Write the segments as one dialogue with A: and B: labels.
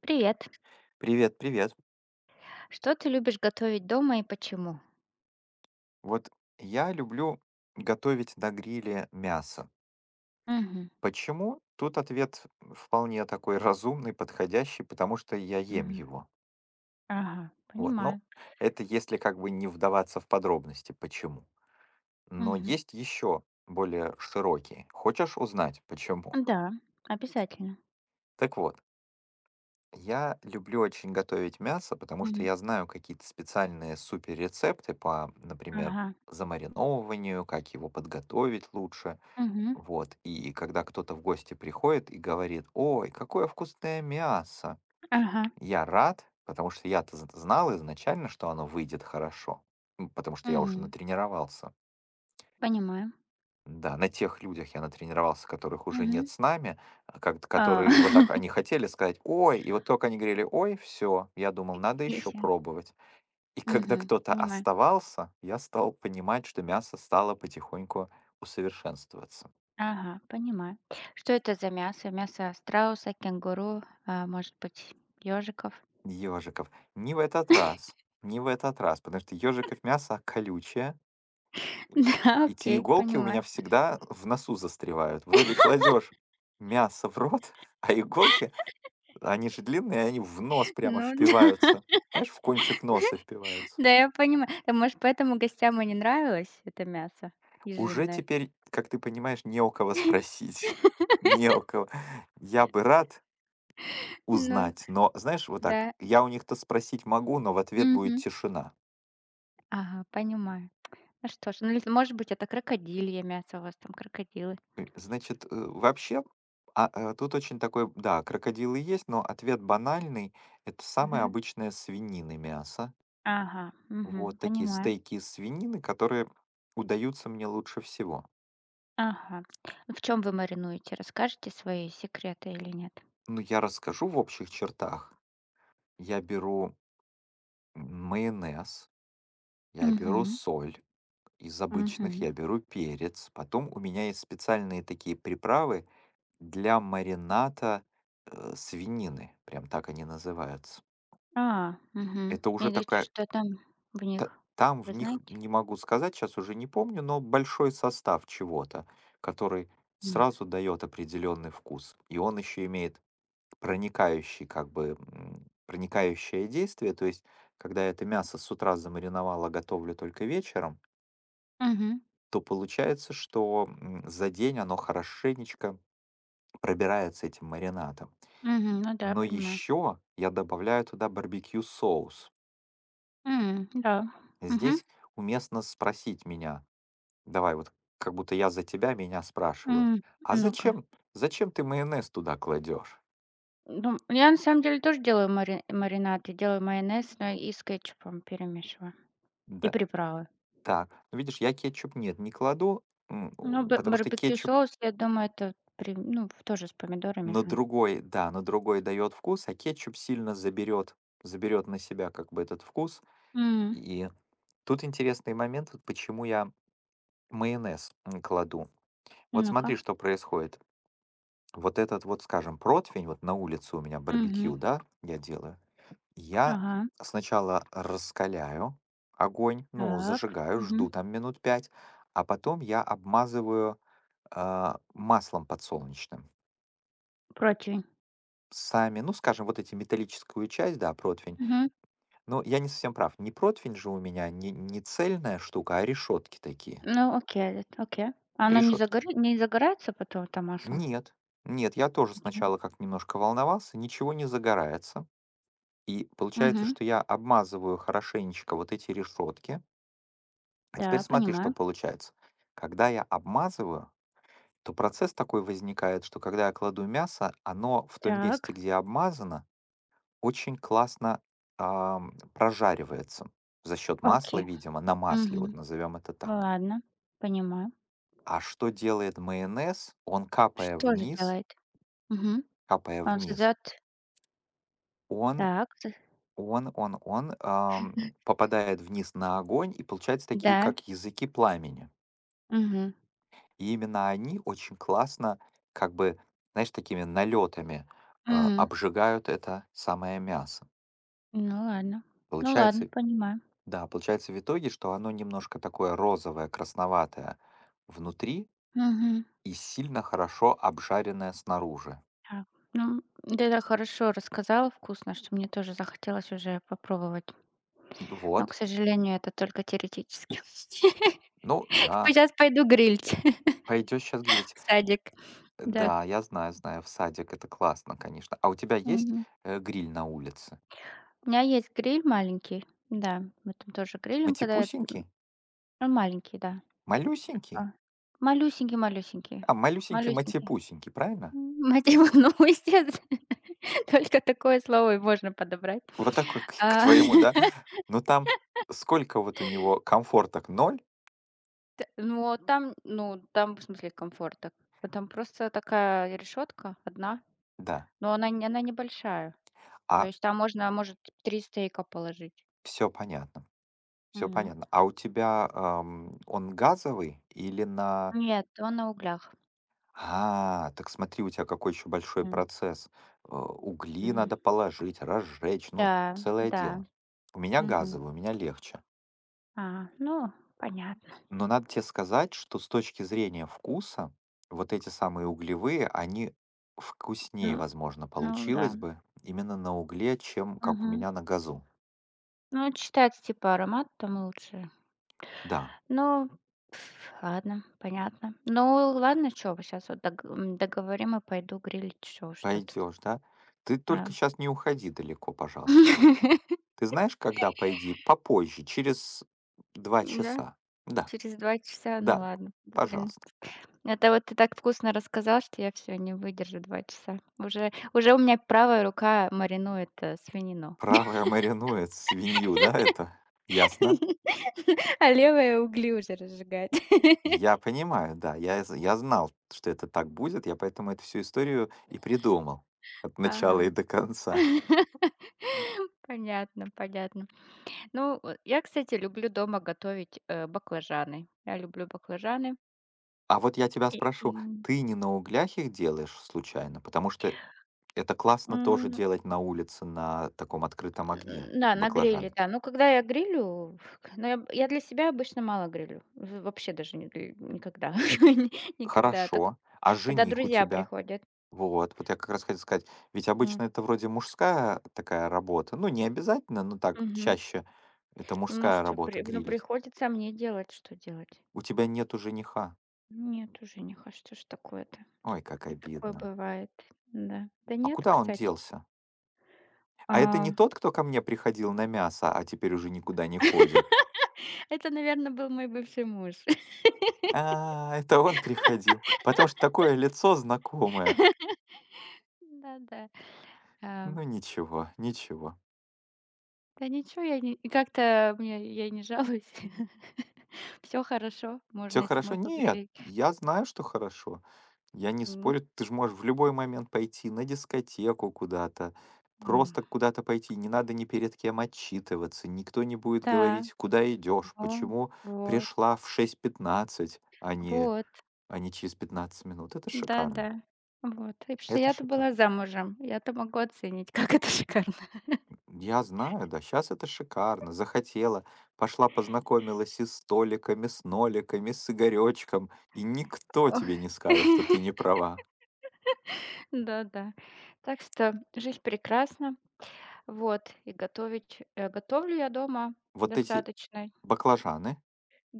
A: Привет.
B: Привет, привет.
A: Что ты любишь готовить дома и почему?
B: Вот я люблю готовить на гриле мясо.
A: Мгм.
B: Почему? Тут ответ вполне такой разумный, подходящий, потому что я ем
A: Мгм.
B: его.
A: Ага,
B: Вот, ну,
A: понимаю.
B: это если как бы не вдаваться в подробности, почему. Но
A: Мгм.
B: есть еще более широкие. Хочешь узнать, почему?
A: Да, обязательно.
B: Так вот, я люблю очень готовить мясо, потому что
A: Мгм.
B: я знаю какие-то специальные супер рецепты по, например,
A: Ага.
B: замариновыванию, как его подготовить лучше.
A: Мгм.
B: Вот, и когда кто-то в гости приходит и говорит: "Ой, какое вкусное мясо!"
A: Ага.
B: Я рад, потому что я-то з знал изначально, что оно выйдет хорошо, потому что я уже
A: Мгм.
B: натренировался.
A: Понимаю.
B: Да, на тех людях я натренировался, которых уже
A: Мгм.
B: нет с нами, как
A: А,
B: которые вот так они хотели сказать: "Ой!" И вот только они говорили: "Ой!"- все!" я думал, надо еще
A: если.
B: пробовать. И когда
A: Мгм.
B: кто-то
A: Понимаю.
B: оставался, я стал понимать, что мясо стало потихоньку усовершенствоваться.
A: Ага, понимаю. Что это за мясо? Мясо страуса, кенгуру, а, может быть, ежиков?
B: Ёжиков. Не в этот раз, не в этот раз, потому что ёжиков мясо колючее,
A: Да,
B: и те
A: окей,
B: иголки у меня
A: понимаю.
B: всегда в носу застревают. Вроде кладешь мясо в рот, а иголки, они же длинные, они в нос прямо
A: Ну,
B: впиваются.
A: да.
B: Знаешь, в кончик носа впиваются.
A: Да, я понимаю. Да, может, поэтому гостям и не нравилось это мясо
B: Уже
A: ежиное.
B: теперь, как ты понимаешь, не у кого спросить. Не у кого. Я бы рад
A: Ну
B: узнать, но, знаешь, вот
A: да.
B: так, я у них-то спросить могу, но в ответ будет
A: Мгм.
B: тишина.
A: Ага, понимаю. Ну что ж, ну, или, может быть, это крокодилье мясо, у вас там крокодилы.
B: Значит, вообще, тут очень такой, да, крокодилы есть, но ответ банальный. Это самое
A: Мгм.
B: обычное свинины мясо.
A: Ага, мгм,
B: Вот такие
A: понимаю.
B: стейки из свинины, которые удаются мне лучше всего.
A: Ага. Ну, в чем вы маринуете? Расскажете свои секреты или нет?
B: Ну, я расскажу в общих чертах. Я беру майонез, я беру
A: Мгм,
B: соль из обычных,
A: мгм.
B: я беру перец. Потом у меня есть специальные такие приправы для марината свинины. Прям так они называются.
A: А, мгм.
B: Это уже
A: Или ч
B: такая
A: что там в них,
B: Та там
A: вы
B: в них,
A: знаете?
B: не могу сказать, сейчас уже не помню, но большой состав чего-то, который
A: М.
B: сразу дает определенный вкус. И он еще имеет как бы, проникающее действие. То есть, когда я это мясо с утра замариновал, а готовлю только вечером,
A: Мгм,
B: то получается, что, за день оно хорошенечко пробирается этим маринадом.
A: мгм. Ну да,
B: Но
A: понимаю.
B: еще я добавляю туда барбекю соус.
A: М, да. Мгм.
B: Здесь уместно спросить меня, давай, вот как будто я за тебя меня спрашиваю.
A: М.
B: А
A: Ну-ка.
B: зачем ты майонез туда кладешь?
A: Ну, я на самом деле тоже делаю маринад. Я делаю майонез, но и с кетчупом перемешиваю, и
B: Да,
A: приправы.
B: так, ну, видишь, я кетчуп нет, не кладу,
A: Ну, бе
B: потому что
A: барбекю
B: кетчуп
A: соус, я думаю, это при ну, тоже с помидорами
B: на
A: же.
B: другой, да, на другой дает вкус, а кетчуп сильно заберет, на себя как бы этот вкус.
A: М,
B: И тут интересный момент, вот почему я майонез кладу. Вот
A: ну-ка.
B: смотри, что происходит. Вот этот вот, скажем, противень, вот на улице у меня
A: Мгм.
B: барбекю, да, я делаю. Я
A: Ага.
B: сначала раскаляю огонь, ну,
A: Так.
B: зажигаю, жду
A: Мгм.
B: там минут 5, а потом я обмазываю маслом подсолнечным.
A: Противень.
B: Сами, ну, скажем, вот эти металлическую часть, да, противень.
A: Мгм.
B: Но я не совсем прав. Не противень же у меня, не цельная штука, а решетки такие.
A: Ну, окей, эт окей. Оно
B: Решетки.
A: не загорается потом, это масло?
B: Нет, нет, я тоже
A: Окей.
B: сначала как немножко волновался, ничего не загорается. И получается,
A: Мгм.
B: что я обмазываю хорошенечко вот эти решетки. А теперь
A: Да,
B: смотри, что
A: понимаю.
B: получается. Когда я обмазываю, то процесс такой возникает, что когда я кладу мясо, оно в том месте,
A: Так.
B: где обмазано, очень классно прожаривается за счет масла,
A: Окей.
B: видимо, на масле, вот
A: Мгм.
B: назовем это так.
A: Ладно, понимаю.
B: А что делает майонез? Он
A: Что же делает? Мгм.
B: капая
A: Он
B: вниз,
A: создает.
B: он,
A: Так, т
B: он попадает вниз на огонь и получается такие,
A: да,
B: как языки пламени.
A: мгм,
B: И именно они очень классно, как бы, знаешь, такими налетами
A: мгм.
B: обжигают это самое мясо.
A: Ну ладно, ну ладно,
B: Получается,
A: понимаю.
B: да, получается в итоге, что оно немножко такое розовое, красноватое внутри
A: Мгм.
B: и сильно хорошо обжаренное снаружи.
A: Так, ну, ты так хорошо рассказала, вкусно, что мне тоже захотелось уже попробовать.
B: Ну
A: Но, к
B: вот.
A: сожалению, это только теоретически.
B: Ну да,
A: Сейчас пойду грилить
B: пойдешь сейчас грилить.
A: в садик. Да,
B: Да, я знаю, знаю, в садик это классно, конечно. А у тебя есть
A: мгм.
B: гриль на улице?
A: У меня есть гриль маленький, да, мы там тоже грилем, когда это,
B: Матипусенький?
A: он маленький, да.
B: Малюсенький?
A: А, малюсенький-малюсенький, малюсенький.
B: А, малюсенький
A: Малюсенький.
B: матипусенький, правильно?
A: Мотивы, ну, естественно, только такое слово и можно подобрать.
B: Вот такой к
A: А,
B: твоему, да? Ну, там сколько вот у него комфорток? Ноль,
A: т ну, а там, ну, там, в смысле, комфорта. А там просто такая решетка одна,
B: да.
A: но она не она небольшая. То
B: а
A: есть там можно, может, 3 стейка положить.
B: Все понятно, все
A: Мгм.
B: понятно. А у тебя, он газовый или на
A: Нет, он на углях.
B: А, так смотри, у тебя какой еще большой
A: М,
B: процесс. Угли
A: м.
B: надо положить, разжечь, ну,
A: Да,
B: целое
A: да.
B: дело. У меня
A: Мгм.
B: газовый, у меня легче.
A: А, ну, понятно.
B: Но надо тебе сказать, что с точки зрения вкуса, вот эти самые углевые, они
A: Ну
B: вкуснее, возможно,
A: ну да.
B: получилось бы именно на угле, чем как у
A: Мгм.
B: меня на газу.
A: Ну, это считается, типа, аромат там лучше.
B: Да,
A: Ну, пф, ладно, понятно. Ну, ладно, чё, сейчас вот договорим и пойду грилить еще что-то.
B: пойдешь, да? Ты
A: А.
B: только сейчас не уходи далеко, пожалуйста. Ты знаешь, когда пойди? Попозже, через два
A: Да,
B: часа. Да,
A: через 2 часа, ну
B: да,
A: ладно. Да, блин,
B: пожалуйста.
A: это вот ты так вкусно рассказал, что я всё, не выдержу 2 часа. Уже у меня правая рука маринует, свинину.
B: Правая маринует свинью, да, это? Ясно.
A: А левая угли уже разжигает.
B: Я понимаю, да, я знал, что это так будет, я поэтому эту всю историю и придумал от начала и
A: Ага.
B: до конца.
A: Понятно, понятно. Ну, я, кстати, люблю дома готовить, баклажаны. Я люблю баклажаны.
B: А вот я тебя
A: И,
B: спрошу, ты не на углях их делаешь случайно? Потому что это классно тоже
A: м,
B: делать на улице на таком открытом огне
A: да, на гриле,
B: баклажаны.
A: да. Ну, когда я грилю, но я для себя обычно мало грилю. В Вообще даже не гри никогда. Никогда. Только
B: Хорошо, а
A: когда
B: жених у
A: друзья
B: тебя?
A: приходят.
B: Вот я как раз хотел сказать, ведь
A: М.
B: обычно это вроде мужская такая работа, ну не обязательно, но так
A: Мгм.
B: чаще это
A: Ну
B: мужская
A: что,
B: работа
A: при ну,
B: грилить.
A: приходится мне делать. Что делать?
B: У тебя нету жениха.
A: Нет уже, не хочу, что ж такое-то?
B: Ой, как
A: И такое
B: обидно.
A: бывает, да. Да
B: А
A: нет,
B: куда он
A: кстати.
B: делся? А это
A: А.
B: не тот, кто ко мне приходил на мясо, а теперь уже никуда не ходит?
A: Это, наверное, был мой бывший муж.
B: А, это он приходил. Потому что такое лицо знакомое.
A: Да-да. А,
B: Ну ничего, ничего.
A: да ничего, я не, и как-то мне, я не жалуюсь. Все хорошо,
B: Все
A: можно и
B: хорошо?
A: самой
B: Нет,
A: погрелить.
B: я знаю, что хорошо. Я не
A: М,
B: спорю, ты же можешь в любой момент пойти на дискотеку куда-то,
A: м.
B: просто куда-то пойти, не надо ни перед кем отчитываться, никто не будет
A: Да,
B: говорить, куда идешь,
A: во
B: почему
A: вот,
B: пришла в 6:15,
A: вот.
B: а не через 15 минут. Это шикарно.
A: Да-да. Вот. И потому что
B: Это
A: я-то
B: шикарно.
A: была замужем, я-то могу оценить, как это шикарно.
B: Я знаю, да, сейчас это шикарно. Захотела, пошла познакомилась и с столиками, с Ноликами, с Игорёчком, и никто
A: Ой.
B: тебе не скажет, что ты не права.
A: Да-да. Так что жизнь прекрасна. Вот. И готовлю я дома
B: Вот эти
A: достаточно.
B: баклажаны.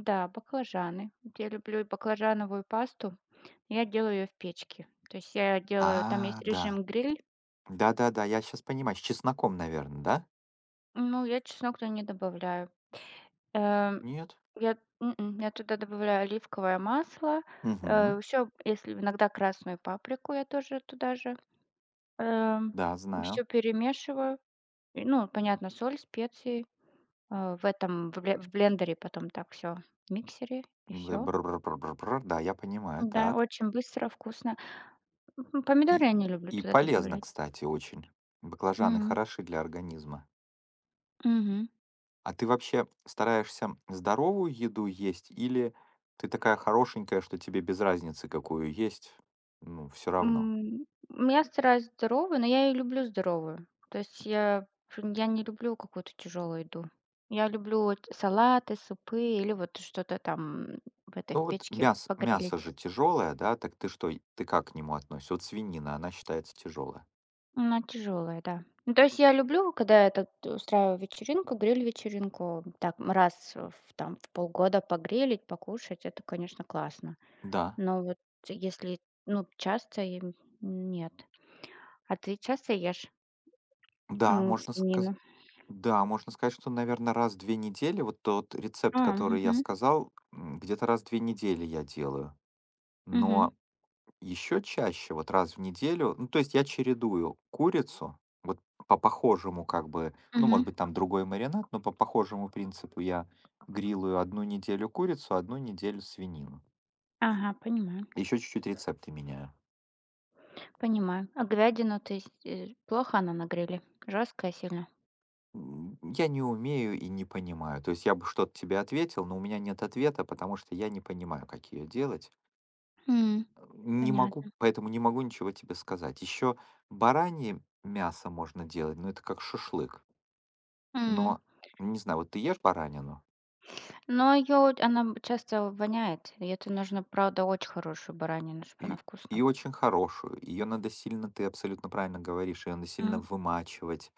A: Да, баклажаны. Вот я люблю и баклажановую пасту. Я делаю ее в печке. То есть я делаю, там
B: А,
A: есть
B: да.
A: режим гриль,
B: Да-да-да, я сейчас понимаю, с чесноком, наверное, да?
A: ну, я чеснок туда не добавляю. Эм,
B: Нет?
A: я туда добавляю оливковое масло,
B: Угу.
A: еще, если иногда красную паприку я тоже туда же.
B: Да, знаю.
A: Все перемешиваю. И, ну, понятно, соль, специи. В этом, в блендере потом так все, в миксере, и
B: Б
A: все.
B: бр бр бр бр бр. Да, я понимаю,
A: Да,
B: так.
A: очень быстро, вкусно. Мгм, помидоры
B: И
A: я не люблю
B: и
A: туда
B: полезно,
A: добавлять.
B: кстати, очень. Баклажаны
A: М,
B: хороши для организма.
A: мгм.
B: А ты вообще стараешься здоровую еду есть или ты такая хорошенькая, что тебе без разницы, какую есть, ну, все равно?
A: Я стараюсь здоровую, но я и люблю здоровую. То есть я не люблю какую-то тяжелую еду. Я люблю вот салаты, супы или вот что-то там
B: Ну
A: в
B: вот
A: печке
B: мясо, мясо
A: погрелить.
B: же тяжелое, да, так ты что, ты как к нему относишься? Вот свинина, она считается тяжелая.
A: Но тяжелое, да. Ну, то есть я люблю, когда я так устраиваю вечеринку, гриль-вечеринку, так раз в в полгода погрелить, покушать, это, конечно, классно.
B: Да,
A: Но вот если, ну, часто, и нет. А ты часто ешь,
B: да, можно
A: свинину?
B: сказать, что, наверное, раз в 2 недели, вот тот рецепт,
A: А,
B: который я
A: мгм,
B: сказал, где-то раз в 2 недели я делаю.
A: мгм,
B: Но Еще чаще, вот раз в неделю, ну, то есть я чередую курицу, вот по похожему как бы, ну,
A: мгм.
B: может быть, там другой маринад, но по похожему принципу я грилую одну неделю курицу, одну неделю свинину.
A: Ага, понимаю,
B: Еще чуть-чуть рецепты меняю.
A: понимаю. А говядину ты плохо она на гриле? Жесткая сильно?
B: Я не умею и не понимаю. То есть я бы что-то тебе ответил, но у меня нет ответа, потому что я не понимаю, как ее делать.
A: М,
B: Не могу,
A: понятно.
B: поэтому не могу ничего тебе сказать. Еще баранье мясо можно делать, но это как шашлык.
A: М.
B: Но, не знаю, вот ты ешь баранину,
A: Но ее, она б часто воняет, и это нужно, правда, очень хорошую баранину, чтобы она
B: и,
A: вкусно.
B: и очень хорошую, ее надо сильно, ты абсолютно правильно говоришь, ее надо сильно
A: М,
B: вымачивать,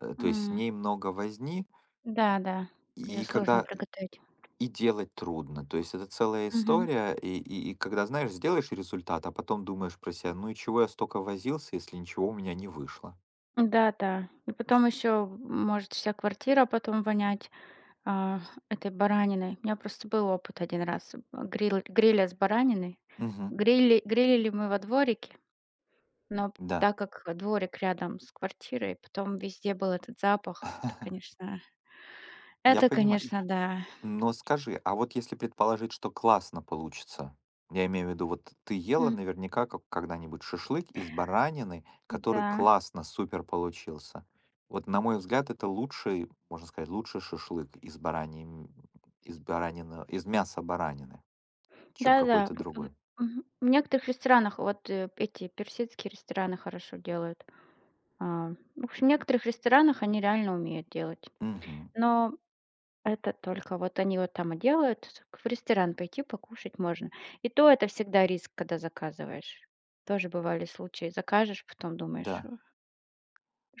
B: то есть с
A: м.
B: ней много возни,
A: Да-да. Ее
B: и
A: сложно
B: когда
A: приготовить.
B: и делать трудно, то есть это целая
A: Мгм.
B: история, и когда, знаешь, сделаешь результат, а потом думаешь про себя, ну и чего я столько возился, если ничего у меня не вышло.
A: Да-да. И потом еще может вся квартира потом вонять. А, этой бараниной. У меня просто был опыт один раз, а, гриля с бараниной.
B: Мгм.
A: Грилили мы во дворике, но
B: Да,
A: так как дворик рядом с квартирой, потом везде был этот запах.
B: я
A: Это,
B: понимаю.
A: конечно, да.
B: Но скажи, а вот если предположить, что классно получится, я имею в виду, вот ты ела
A: М,
B: наверняка когда-нибудь шашлык из баранины, который
A: да.
B: классно, супер получился. Вот, на мой взгляд, это лучший, можно сказать, лучший шашлык из баранины, из мяса баранины, чем
A: Да-да.
B: какой-то
A: В
B: другой.
A: Мгм. В некоторых ресторанах вот, эти персидские рестораны хорошо делают. А, в общем, в некоторых ресторанах они реально умеют делать.
B: Мгм.
A: Но это только вот они вот там и делают, в ресторан пойти покушать можно. И то это всегда риск, когда заказываешь. Тоже бывали случаи. Закажешь, потом думаешь:
B: Да,
A: «Ох,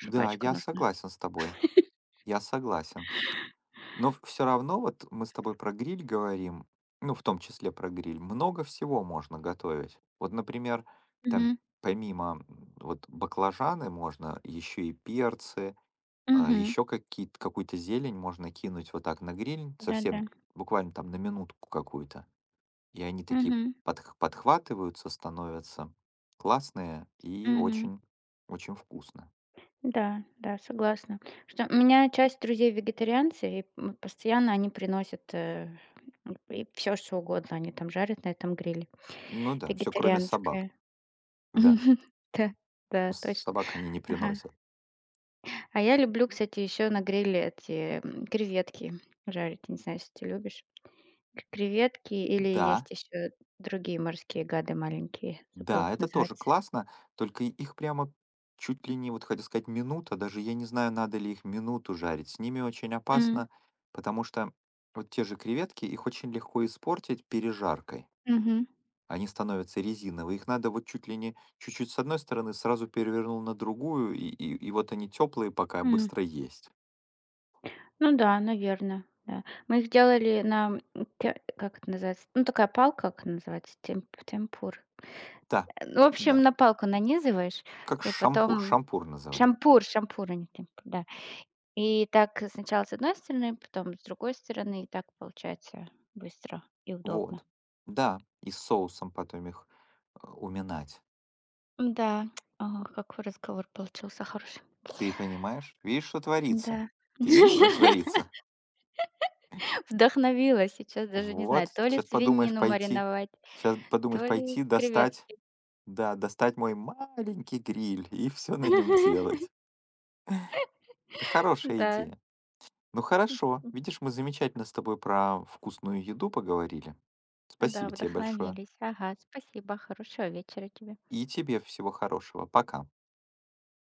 B: да,
A: жвачка
B: я
A: нужна».
B: согласен с тобой, я согласен. Но все равно вот мы с тобой про гриль говорим, ну, в том числе про гриль, много всего можно готовить. Вот, например, там
A: Мгм.
B: помимо вот баклажаны можно еще и перцы,
A: Мгм.
B: еще какие-то, какую-то зелень можно кинуть вот так на гриль,
A: Да-да.
B: совсем буквально там на минутку какую-то. И они такие
A: Мгм.
B: подхватываются, становятся классные и
A: Мгм.
B: очень, очень вкусно.
A: Да, да, согласна. Что у меня часть друзей вегетарианцы, и постоянно они приносят, и все что угодно они там жарят на этом гриле.
B: Ну да, все кроме собак.
A: Вегетарианское.
B: Да,
A: Да, да, точно.
B: собак они не
A: Ага.
B: приносят.
A: А я люблю, кстати, еще на гриле эти, креветки жарить. Не знаю, если ты любишь. К креветки, или
B: Да,
A: есть еще другие морские гады маленькие, забыла,
B: да,
A: как
B: это тоже
A: называется.
B: классно, только и их прямо чуть ли не, вот хотел сказать, минута, даже я не знаю, надо ли их минуту жарить. С ними очень
A: М,
B: опасно, потому что вот те же креветки, их очень легко испортить пережаркой.
A: мгм,
B: Они становятся резиновые, их надо вот чуть ли не чуть-чуть с одной стороны, сразу перевернул на другую, и вот они теплые, пока
A: м.
B: быстро есть.
A: Ну да, наверно, да. Мы их делали на, те как это называется? Ну, такая палка, как она называется? Темпур.
B: Да,
A: Ну, в
B: да,
A: общем, на палку нанизываешь,
B: как
A: и
B: шампур,
A: потом
B: шампур называем.
A: шампур, шампур, а не темпур, да. И так сначала с одной стороны, потом с другой стороны, и так получается быстро и удобно.
B: Вот, да, и с соусом потом их уминать.
A: Да, ох, какой разговор получился хороший.
B: Ты понимаешь? Видишь, что творится?
A: Да,
B: Ты видишь, что творится?
A: вдохновила сейчас, даже не знаю,
B: Вот,
A: то ли свинину мариновать,
B: сейчас подумаешь
A: то ли
B: пойти достать,
A: креветки.
B: да, достать мой маленький гриль и все на нем делать. Это хорошая
A: Да,
B: идея. Ну хорошо, видишь, мы замечательно с тобой про вкусную еду поговорили.
A: да,
B: Спасибо тебе большое.
A: вдохновились. Ага, спасибо, хорошего вечера тебе.
B: И тебе всего хорошего. Пока.